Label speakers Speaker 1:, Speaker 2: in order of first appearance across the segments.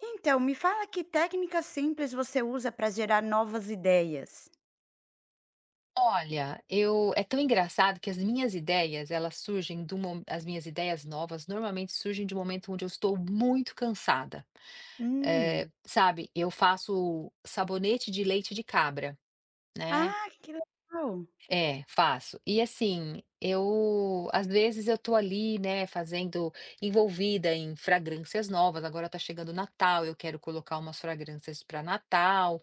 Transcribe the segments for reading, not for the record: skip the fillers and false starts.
Speaker 1: Então, me fala que técnica simples você usa para gerar novas ideias?
Speaker 2: Olha, eu é tão engraçado que as minhas ideias novas normalmente surgem de um momento onde eu estou muito cansada.
Speaker 1: Hum.
Speaker 2: Sabe, eu faço sabonete de leite de cabra, né.
Speaker 1: Ah, que legal.
Speaker 2: É, faço. E assim, eu às vezes eu tô ali, né, fazendo envolvida em fragrâncias novas. Agora tá chegando o Natal, eu quero colocar umas fragrâncias para Natal,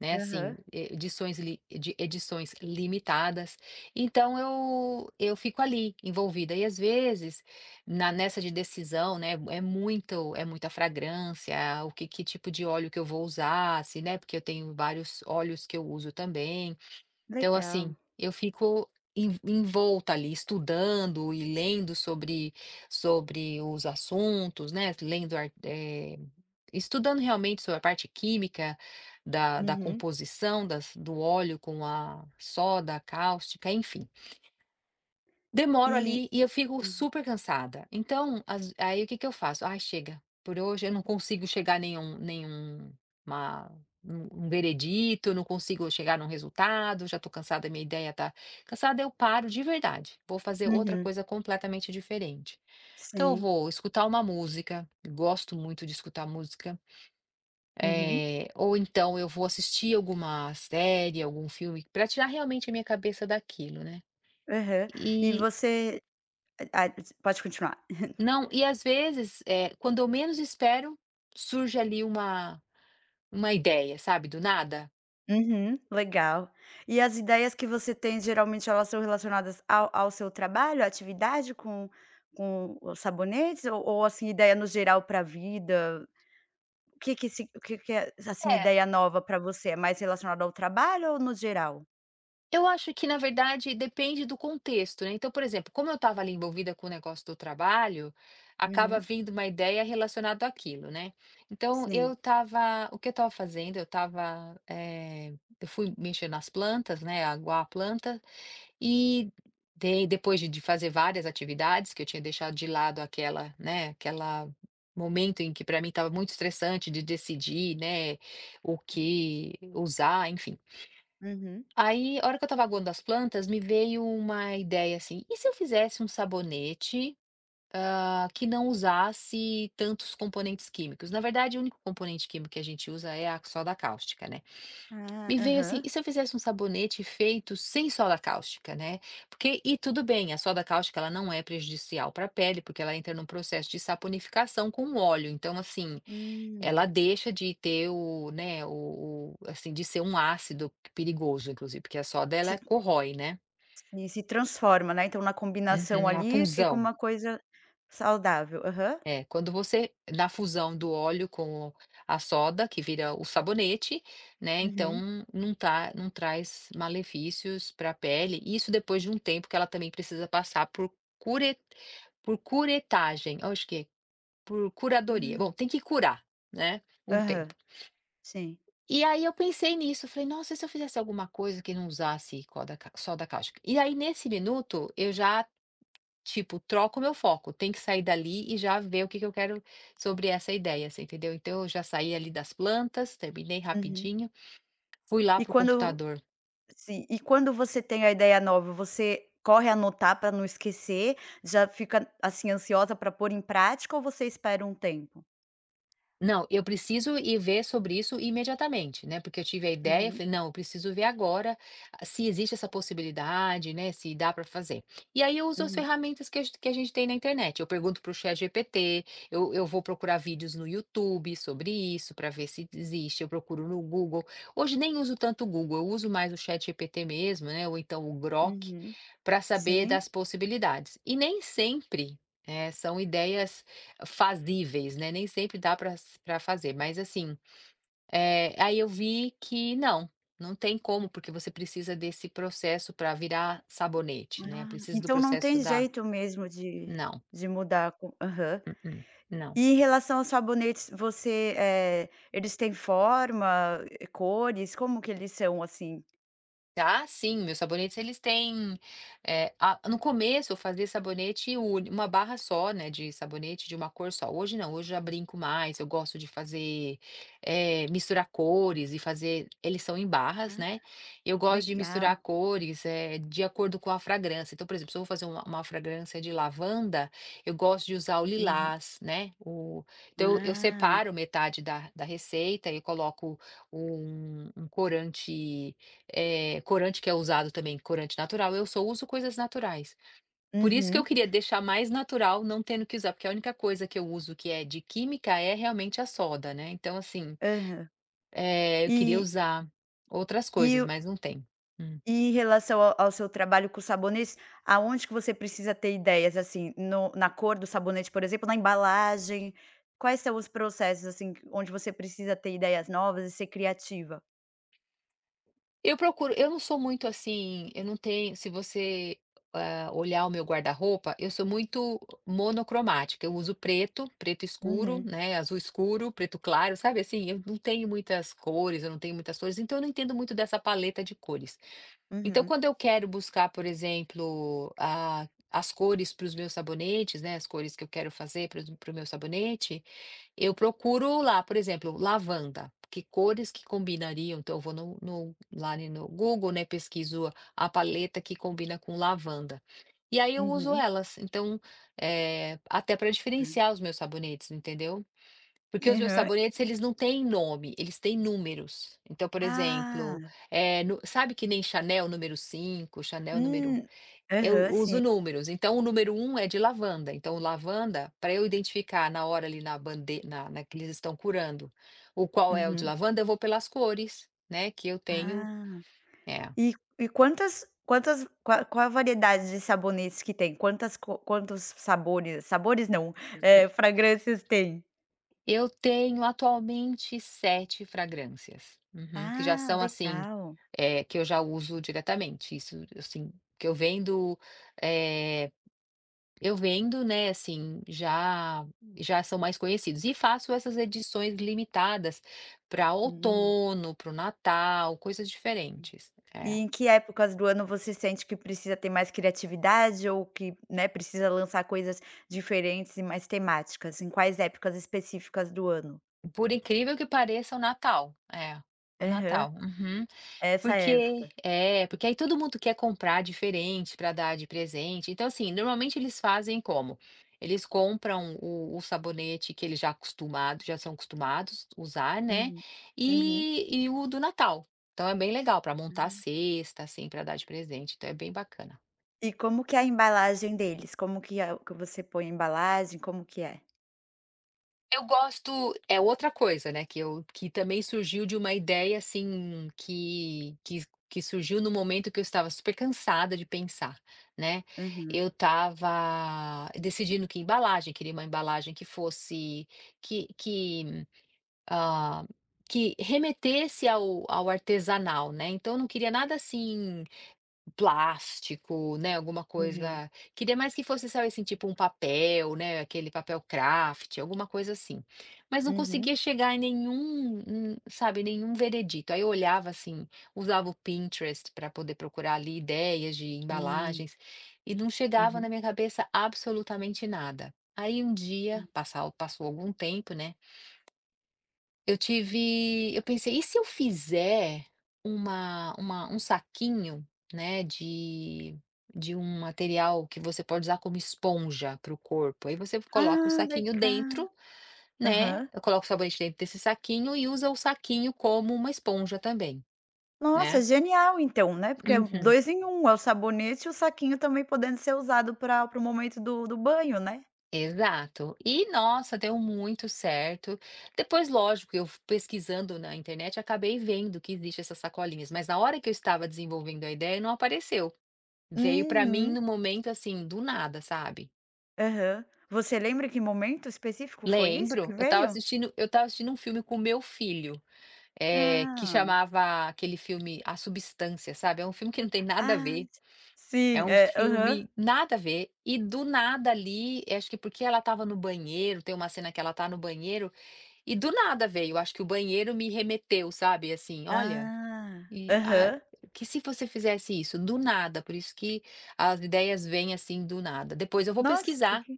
Speaker 2: né, assim,
Speaker 1: Aham.
Speaker 2: edições li de edições limitadas. Então eu fico ali, envolvida. E às vezes, na nessa de decisão, né, é muito é muita fragrância, o que que tipo de óleo que eu vou usar, se, né, porque eu tenho vários óleos que eu uso também. Então, assim,
Speaker 1: Legal.
Speaker 2: eu fico en envolta ali, estudando e lendo sobre os assuntos, né, estudando realmente sobre a parte química da
Speaker 1: Uhum.
Speaker 2: composição das do óleo com a soda cáustica, enfim.
Speaker 1: E
Speaker 2: Demoro ali e eu fico
Speaker 1: Hum.
Speaker 2: super cansada. Então, às aí o que que eu faço? "Ai, chega, por hoje eu não consigo chegar a nenhum nenhum uma um um veredito, não consigo chegar num resultado, já tô cansada, minha ideia tá cansada." Eu paro de verdade, vou fazer outra
Speaker 1: Uhum.
Speaker 2: coisa completamente diferente. Então eu
Speaker 1: Sim.
Speaker 2: vou escutar uma música, gosto muito de escutar música.
Speaker 1: Uhum.
Speaker 2: Ou então eu vou assistir alguma série, algum filme, para tirar realmente a minha cabeça daquilo, né.
Speaker 1: Aham. E
Speaker 2: E
Speaker 1: você ah, Pode continuar.
Speaker 2: Não, e às vezes, quando eu menos espero, surge ali uma ideia, sabe, do nada.
Speaker 1: Uhum. Legal. E as ideias que você tem, geralmente, elas são relacionadas ao seu trabalho, à atividade com os sabonetes ou assim, ideia no geral para a vida? O que que se O que que é, assim,
Speaker 2: É.
Speaker 1: ideia nova pra você? É mais relacionado ao trabalho ou no geral?
Speaker 2: Eu acho que na verdade depende do contexto, né. Então, por exemplo, como eu estava ali envolvida com o negócio do trabalho, acaba
Speaker 1: Uhum,
Speaker 2: vindo uma ideia relacionada àquilo, né. Então eu
Speaker 1: sim.
Speaker 2: estava o que eu estava fazendo, eu fui mexer nas plantas, né, aguar a planta. E dei Depois de fazer várias atividades, que eu tinha deixado de lado aquela, né, aquela momento em que para mim estava muito estressante de decidir, né, o que usar, enfim.
Speaker 1: Uhum.
Speaker 2: Aí, a hora que eu estava aguando as plantas, me veio uma ideia assim: "E se eu fizesse um sabonete, que não usasse tantos componentes químicos?" Na verdade, o único componente químico que a gente usa é a soda cáustica, né.
Speaker 1: Ah,
Speaker 2: Me veio assim,
Speaker 1: aham.
Speaker 2: e se eu fizesse um sabonete feito sem soda cáustica, né? Porque, e tudo bem, a soda cáustica ela não é prejudicial para a pele, porque ela entra num processo de saponificação com o óleo. Então, assim,
Speaker 1: Hum.
Speaker 2: ela deixa de ter o, né, assim, de ser um ácido perigoso, inclusive, porque a soda ela
Speaker 1: Se
Speaker 2: corrói, né?
Speaker 1: e se transforma, né, então na combinação
Speaker 2: Uhum, a
Speaker 1: ali fica
Speaker 2: função.
Speaker 1: uma coisa saudável. Aham.
Speaker 2: É, quando você na fusão do óleo com a soda, que vira o sabonete, né,
Speaker 1: Uhum.
Speaker 2: então não traz malefícios para a pele, isso depois de um tempo que ela também precisa passar cure por curetagem, eu acho que é, por curadoria. Bom,
Speaker 1: Hum.
Speaker 2: tem que curar, né, um tempo.
Speaker 1: Aham, sim.
Speaker 2: E aí eu pensei nisso, falei: "Nossa, e se eu fizesse alguma coisa que não usasse coda ca soda cáustica?" E aí nesse minuto eu já, tipo, troco o meu foco, tem que sair dali e já ver o que que eu quero sobre essa ideia, você entendeu? Então eu já saí ali das plantas, terminei
Speaker 1: Uhum.
Speaker 2: rapidinho, fui lá
Speaker 1: E
Speaker 2: para o
Speaker 1: quando
Speaker 2: computador.
Speaker 1: Sim, e quando você tem a ideia nova, você corre anotar pra não esquecer? Já fica, assim, ansiosa pra pôr em prática ou você espera um tempo?
Speaker 2: Não, eu preciso ir ver sobre isso imediatamente, né, porque eu tive a ideia,
Speaker 1: Uhum,
Speaker 2: falei: "Não, eu preciso ver agora, se existe essa possibilidade, né, se dá para fazer." E aí eu uso as
Speaker 1: uhum,
Speaker 2: ferramentas que a gente tem na internet, eu pergunto para o ChatGPT, eu vou procurar vídeos no YouTube sobre isso para ver se existe, eu procuro no Google. Hoje nem uso tanto o Google, eu uso mais o ChatGPT mesmo, né, ou então o Grok,
Speaker 1: uhum.
Speaker 2: para saber
Speaker 1: Sim.
Speaker 2: das possibilidades. E nem sempre, são ideias fazíveis, né, nem sempre dá para fazer, mas assim, aí eu vi que não, não tem como, porque você precisa desse processo para virar sabonete, né,
Speaker 1: Ah,
Speaker 2: precisa do
Speaker 1: então não
Speaker 2: processo
Speaker 1: tem
Speaker 2: da.
Speaker 1: jeito mesmo de
Speaker 2: Não,
Speaker 1: de mudar com. Aham.
Speaker 2: mm-mm, não.
Speaker 1: E em relação aos sabonetes, eles têm forma, cores, como que eles são, assim?
Speaker 2: Ah, sim, meus sabonetes eles têm, a no começo eu fazia sabonete uni uma barra só, né, de sabonete de uma cor só. Hoje não, hoje eu já brinco mais, eu gosto de fazer, misturar cores, e fazer, eles são em barras,
Speaker 1: Ah,
Speaker 2: né, eu gosto de misturar
Speaker 1: legal.
Speaker 2: cores, de acordo com a fragrância. Então, por exemplo, se eu vou fazer uma fragrância de lavanda, eu gosto de usar o
Speaker 1: Uhum.
Speaker 2: lilás, né. o Então eu
Speaker 1: Ah.
Speaker 2: separo metade da receita e coloco um corante, corante que é usado também, corante natural, eu só uso coisas naturais. Por isso que eu
Speaker 1: Uhum.
Speaker 2: queria deixar mais natural, não tendo que usar, porque a única coisa que eu uso que é de química é realmente a soda, né. Então assim,
Speaker 1: Aham.
Speaker 2: eu queria
Speaker 1: E
Speaker 2: usar outras
Speaker 1: e
Speaker 2: coisas,
Speaker 1: o
Speaker 2: mas não tem. Hum.
Speaker 1: e em relação ao seu trabalho com sabonetes, aonde que você precisa ter ideias, assim, no na cor do sabonete, por exemplo, na embalagem? Quais são os processos, assim, onde você precisa ter ideias novas e ser criativa?
Speaker 2: Eu não sou muito assim, eu não tenho se você, olhar o meu guarda-roupa, eu sou muito monocromática, eu uso preto, preto escuro,
Speaker 1: Uhum,
Speaker 2: né, azul escuro, preto claro, sabe assim? Eu não tenho muitas cores, eu não tenho muitas cores, então eu não entendo muito dessa paleta de cores. Então,
Speaker 1: uhum,
Speaker 2: quando eu quero buscar, por exemplo, a as cores para os meus sabonetes, né, as cores que eu quero fazer para o meu sabonete, eu procuro lá, por exemplo, lavanda. Que cores que combinariam? Então, eu vou no Google, né, pesquiso a paleta que combina com lavanda. E aí eu uso
Speaker 1: uhum.
Speaker 2: elas. Então, até para
Speaker 1: Hã.
Speaker 2: diferenciar os meus sabonetes, entendeu? Porque os meus
Speaker 1: Aham.
Speaker 2: sabonetes eles não têm nome, eles têm números. Então, por exemplo,
Speaker 1: Ah!
Speaker 2: nu sabe que nem Chanel número cinco. Chanel número
Speaker 1: Hum.
Speaker 2: Eu
Speaker 1: Aham,
Speaker 2: uso
Speaker 1: sim.
Speaker 2: números, então o número um é de lavanda, então o lavanda, para eu identificar na hora ali na bande na na que eles estão curando, o qual é o de
Speaker 1: Uhum.
Speaker 2: lavanda, eu vou pelas cores, né, que eu tenho.
Speaker 1: Ah.
Speaker 2: É.
Speaker 1: E e quantas quantas qua qual a variedade de sabonetes que tem? Quantas co quantos sabores, sabores não, fragrâncias tem?
Speaker 2: Eu tenho atualmente 7 fragrâncias. Uhum, que já
Speaker 1: Ah,
Speaker 2: são assim,
Speaker 1: legal.
Speaker 2: que eu já uso diretamente, isso assim, que eu vendo, eh, eu vendo, né, assim, já são mais conhecidos. E faço essas edições limitadas para
Speaker 1: Hum.
Speaker 2: outono, para o Natal, coisas diferentes. É.
Speaker 1: E em que épocas do ano você sente que precisa ter mais criatividade ou que, né, precisa lançar coisas diferentes e mais temáticas? Em quais épocas específicas do ano?
Speaker 2: Por incrível que pareça, o Natal. É, o
Speaker 1: Aham.
Speaker 2: Natal. Uhum.
Speaker 1: Essa
Speaker 2: Porque
Speaker 1: época.
Speaker 2: é, porque aí todo mundo quer comprar diferente para dar de presente. Então, assim, normalmente eles fazem como? Eles compram o sabonete que eles já são acostumados usar, né?
Speaker 1: Uhum, uhum.
Speaker 2: E o do Natal. Então é bem legal para montar a
Speaker 1: Uhum.
Speaker 2: cesta, assim, para dar de presente. Então é bem bacana.
Speaker 1: E como que é a embalagem deles? Como que é o que você põe a embalagem, como que é?
Speaker 2: Eu gosto é outra coisa, né, que também surgiu de uma ideia, assim, que surgiu no momento que eu estava super cansada de pensar, né.
Speaker 1: Uhum,
Speaker 2: Eu estava decidindo que embalagem, queria uma embalagem que fosse que, ah, que remetesse ao artesanal, né, então eu não queria nada assim plástico, né, alguma
Speaker 1: uhum,
Speaker 2: coisa queria mais que fosse, sabe, assim, tipo um papel, né, aquele papel craft, alguma coisa assim. Mas não
Speaker 1: uhum,
Speaker 2: conseguia chegar em nenhum, sabe, nenhum veredito. Aí eu olhava, assim, usava o Pinterest para poder procurar ali ideias de
Speaker 1: hum,
Speaker 2: embalagens, e não chegava na
Speaker 1: uhum.
Speaker 2: minha cabeça absolutamente nada. Aí um dia,
Speaker 1: Hum.
Speaker 2: passar passou algum tempo, né, eu pensei: "E se eu fizer uma um saquinho, né, de um material que você pode usar como esponja para o corpo?" Aí você coloca o
Speaker 1: Ah,
Speaker 2: saquinho
Speaker 1: legal.
Speaker 2: dentro, né,
Speaker 1: Aham.
Speaker 2: coloca o sabonete dentro desse saquinho e usa o saquinho como uma esponja também,
Speaker 1: Nossa,
Speaker 2: né.
Speaker 1: genial então, né, porque é
Speaker 2: Uhum.
Speaker 1: 2 em um, é o sabonete e o saquinho também podendo ser usado para o momento do banho, né?
Speaker 2: Exato. E nossa, deu muito certo. Depois, lógico, eu pesquisando na internet, acabei vendo que existe essas sacolinhas, mas na hora que eu estava desenvolvendo a ideia, não apareceu. Veio pra mim
Speaker 1: Uhum,
Speaker 2: no momento, assim, do nada, sabe.
Speaker 1: aham. Você lembra que momento específico foi isso
Speaker 2: Lembro,
Speaker 1: que
Speaker 2: eu estava
Speaker 1: veio?
Speaker 2: assistindo eu estava assistindo um filme com meu filho, que
Speaker 1: Ah,
Speaker 2: chamava aquele filme A Substância, sabe. É um filme que não tem nada a
Speaker 1: ah,
Speaker 2: ver, é
Speaker 1: sim,
Speaker 2: um
Speaker 1: é, aham.
Speaker 2: filme nada a ver, e do nada ali, acho que porque ela estava no banheiro, tem uma cena que ela tá no banheiro, e do nada veio, acho que o banheiro me remeteu, sabe, assim: "Olha,
Speaker 1: Ah,
Speaker 2: e ah,
Speaker 1: aham.
Speaker 2: que se você fizesse isso?" Do nada, por isso que as ideias vêm, assim, do nada. Depois eu vou
Speaker 1: Nossa,
Speaker 2: pesquisar.
Speaker 1: que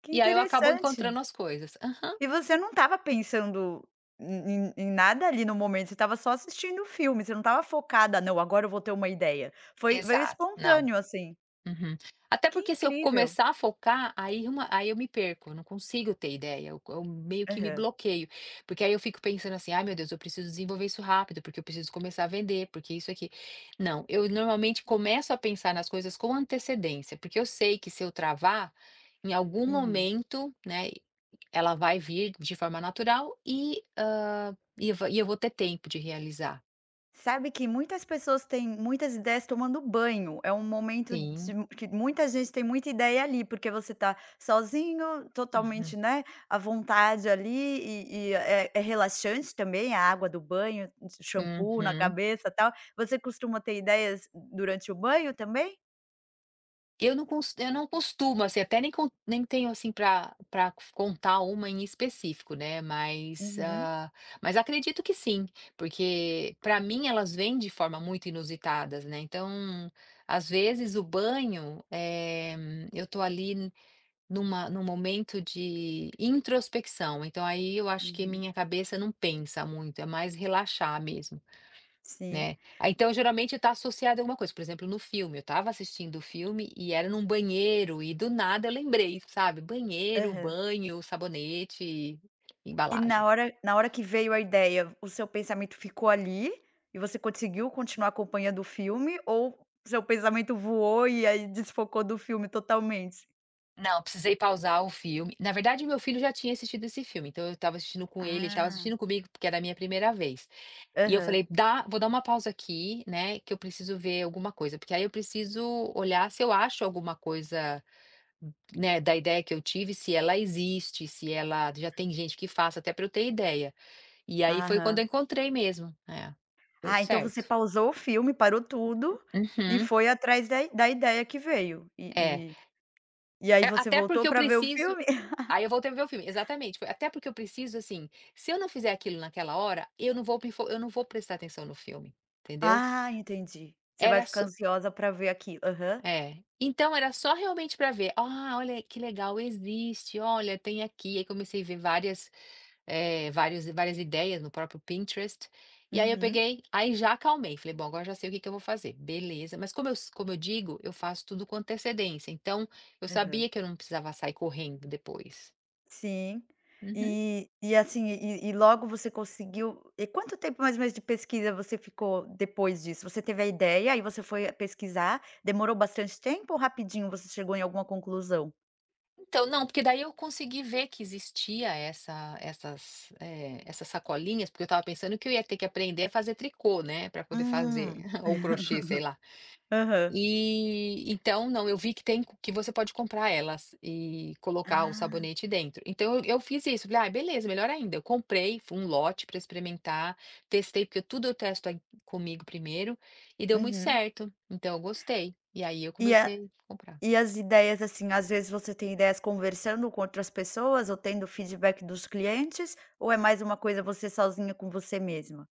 Speaker 1: que
Speaker 2: E aí eu acabo
Speaker 1: interessante.
Speaker 2: encontrando as coisas. Hã,
Speaker 1: E você não estava pensando em nada ali no momento, você estava só assistindo o filme, você não estava focada: "Não, agora eu vou ter uma ideia". Foi Veio
Speaker 2: exato, não.
Speaker 1: espontâneo, assim.
Speaker 2: Uhum. Até
Speaker 1: Que
Speaker 2: porque se eu
Speaker 1: incrível.
Speaker 2: começar a focar, aí eu me perco, eu não consigo ter ideia, eu meio que me
Speaker 1: Aham.
Speaker 2: bloqueio, porque aí eu fico pensando assim: "Ai meu Deus, eu preciso desenvolver isso rápido, porque eu preciso começar a vender, porque isso aqui." Não, eu normalmente começo a pensar nas coisas com antecedência, porque eu sei que se eu travar, em algum
Speaker 1: Uhum.
Speaker 2: momento, né, ela vai vir de forma natural e, e eu va e eu vou ter tempo de realizar.
Speaker 1: Sabe que muitas pessoas têm muitas ideias tomando banho. É um momento
Speaker 2: Sim.
Speaker 1: de que muita gente tem muita ideia ali, porque você tá sozinho,
Speaker 2: Uhum.
Speaker 1: totalmente, né, à vontade ali e é é relaxante também a água do banho, shampoo na
Speaker 2: Uhum.
Speaker 1: cabeça, tal. Você costuma ter ideias durante o banho também?
Speaker 2: Eu não costumo, assim, até nem tenho, assim, para contar uma em específico, né, mas,
Speaker 1: Uhum,
Speaker 2: mas acredito que sim, porque para mim elas vêm de forma muito inusitadas, né, então, às vezes o banho, eu tô ali num momento de introspecção, então aí eu acho que
Speaker 1: uhum.
Speaker 2: minha cabeça não pensa muito, é mais relaxar mesmo.
Speaker 1: Sim.
Speaker 2: Né. Ah, então geralmente está associado a alguma coisa, por exemplo, no filme, eu estava assistindo o filme e era num banheiro e do nada eu lembrei, sabe, banheiro,
Speaker 1: Aham.
Speaker 2: banho, sabonete,
Speaker 1: E na
Speaker 2: embalagem.
Speaker 1: hora na hora que veio a ideia, o seu pensamento ficou ali, e você conseguiu continuar acompanhando o filme ou seu pensamento voou e aí desfocou do filme totalmente?
Speaker 2: Não, precisei pausar o filme. Na verdade, meu filho já tinha assistido esse filme, então eu estava assistindo com ele, ele estava
Speaker 1: Ah,
Speaker 2: assistindo comigo, porque era a minha primeira vez. E eu
Speaker 1: aham,
Speaker 2: falei: "Dá Vou dar uma pausa aqui, né, que eu preciso ver alguma coisa", porque aí eu preciso olhar se eu acho alguma coisa, né, da ideia que eu tive, se ela existe, se ela já tem gente que faça, até para eu ter ideia. E aí foi quando
Speaker 1: aham.
Speaker 2: eu encontrei mesmo. É, deu
Speaker 1: Ah, então você
Speaker 2: certo.
Speaker 1: pausou o filme, parou tudo e
Speaker 2: Uhum,
Speaker 1: foi atrás da ideia que veio
Speaker 2: é.
Speaker 1: e aí
Speaker 2: É,
Speaker 1: você
Speaker 2: até
Speaker 1: voltou
Speaker 2: porque eu
Speaker 1: pra ver o
Speaker 2: preciso,
Speaker 1: filme?
Speaker 2: aí eu voltei a ver o filme, exatamente, foi até porque eu preciso, assim, se eu não fizer aquilo naquela hora, eu não vou me fo eu não vou prestar atenção no filme, entendeu?
Speaker 1: Ah, entendi. Você vai
Speaker 2: Era
Speaker 1: ficar
Speaker 2: só
Speaker 1: ansiosa pra ver aquilo. Aham.
Speaker 2: É. Então era só realmente para ver: "Ah, olha que legal, existe, olha, tem aqui". Aí comecei a ver várias. Vários Várias ideias no próprio Pinterest, e aí eu
Speaker 1: Uhum.
Speaker 2: peguei, aí já acalmei, falei: "Bom, agora já sei o que que eu vou fazer, beleza", mas como eu digo, eu faço tudo com antecedência, então eu
Speaker 1: Aham.
Speaker 2: sabia que eu não precisava sair correndo depois.
Speaker 1: Sim.
Speaker 2: Uhum.
Speaker 1: E assim, e logo você conseguiu e quanto tempo mais ou menos de pesquisa você ficou depois disso? Você teve a ideia, aí você foi pesquisar, demorou bastante tempo ou rapidinho você chegou em alguma conclusão?
Speaker 2: Então não, porque daí eu consegui ver que existia essa essas, essas sacolinhas, porque eu estava pensando que eu ia ter que aprender a fazer tricô, né, para poder fazer
Speaker 1: Hum.
Speaker 2: ou crochê, sei lá.
Speaker 1: Aham.
Speaker 2: E então não, eu vi que que você pode comprar elas e colocar o
Speaker 1: Ah.
Speaker 2: sabonete dentro. Então eu fiz isso, falei: "Ah, beleza, melhor ainda". Eu comprei um lote para experimentar, testei, porque tudo eu testo ai comigo primeiro, e deu muito
Speaker 1: Uhum.
Speaker 2: certo, então eu gostei. E aí eu
Speaker 1: E a
Speaker 2: comecei a comprar.
Speaker 1: e as ideias, assim, às vezes você tem ideias conversando com outras pessoas ou tendo feedback dos clientes, ou é mais uma coisa você sozinha com você mesma?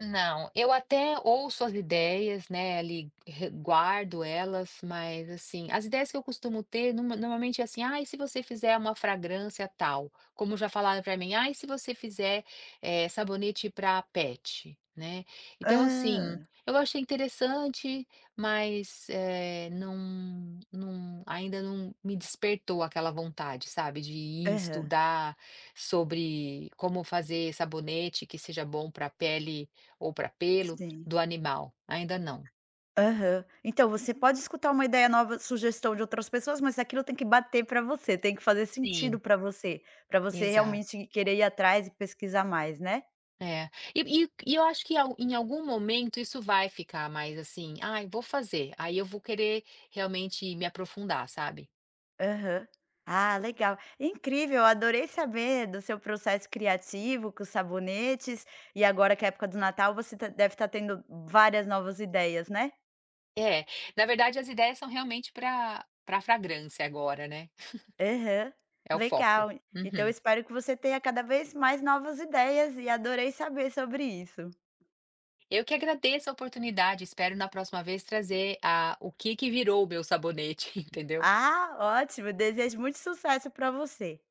Speaker 2: Não, eu até ouço as ideias, né, ali re guardo elas, mas assim, as ideias que eu costumo ter normalmente é assim: "Ah, e se você fizer uma fragrância tal?", como já falaram para mim: "Ah, e se você fizer, sabonete para pet?", né. Então
Speaker 1: ah
Speaker 2: assim, eu achei interessante, mas, não ainda não me despertou aquela vontade, sabe, de ir
Speaker 1: Aham.
Speaker 2: estudar sobre como fazer sabonete que seja bom para a pele ou para pelo
Speaker 1: Sim.
Speaker 2: do animal? Ainda não.
Speaker 1: Aham. Então você pode escutar uma ideia nova, sugestão de outras pessoas, mas aquilo tem que bater para você, tem que fazer
Speaker 2: Sim.
Speaker 1: sentido para você
Speaker 2: Exato.
Speaker 1: realmente querer ir atrás e pesquisar mais, né?
Speaker 2: É. E eu acho que al em algum momento isso vai ficar mais assim: "Ai, vou fazer", aí eu vou querer realmente me aprofundar, sabe.
Speaker 1: Aham. Ah, legal. Incrível, eu adorei saber do seu processo criativo com os sabonetes, e agora que é a época do Natal você tá deve estar tendo várias novas ideias, né?
Speaker 2: É, na verdade as ideias são realmente para fragrância agora, né,
Speaker 1: Aham.
Speaker 2: é o foco.
Speaker 1: Legal. Então eu
Speaker 2: Uhum.
Speaker 1: espero que você tenha cada vez mais novas ideias e adorei saber sobre isso.
Speaker 2: Eu que agradeço a oportunidade, espero na próxima vez trazer a o que que virou o meu sabonete, entendeu.
Speaker 1: Ah, ótimo. Desejo muito sucesso para você.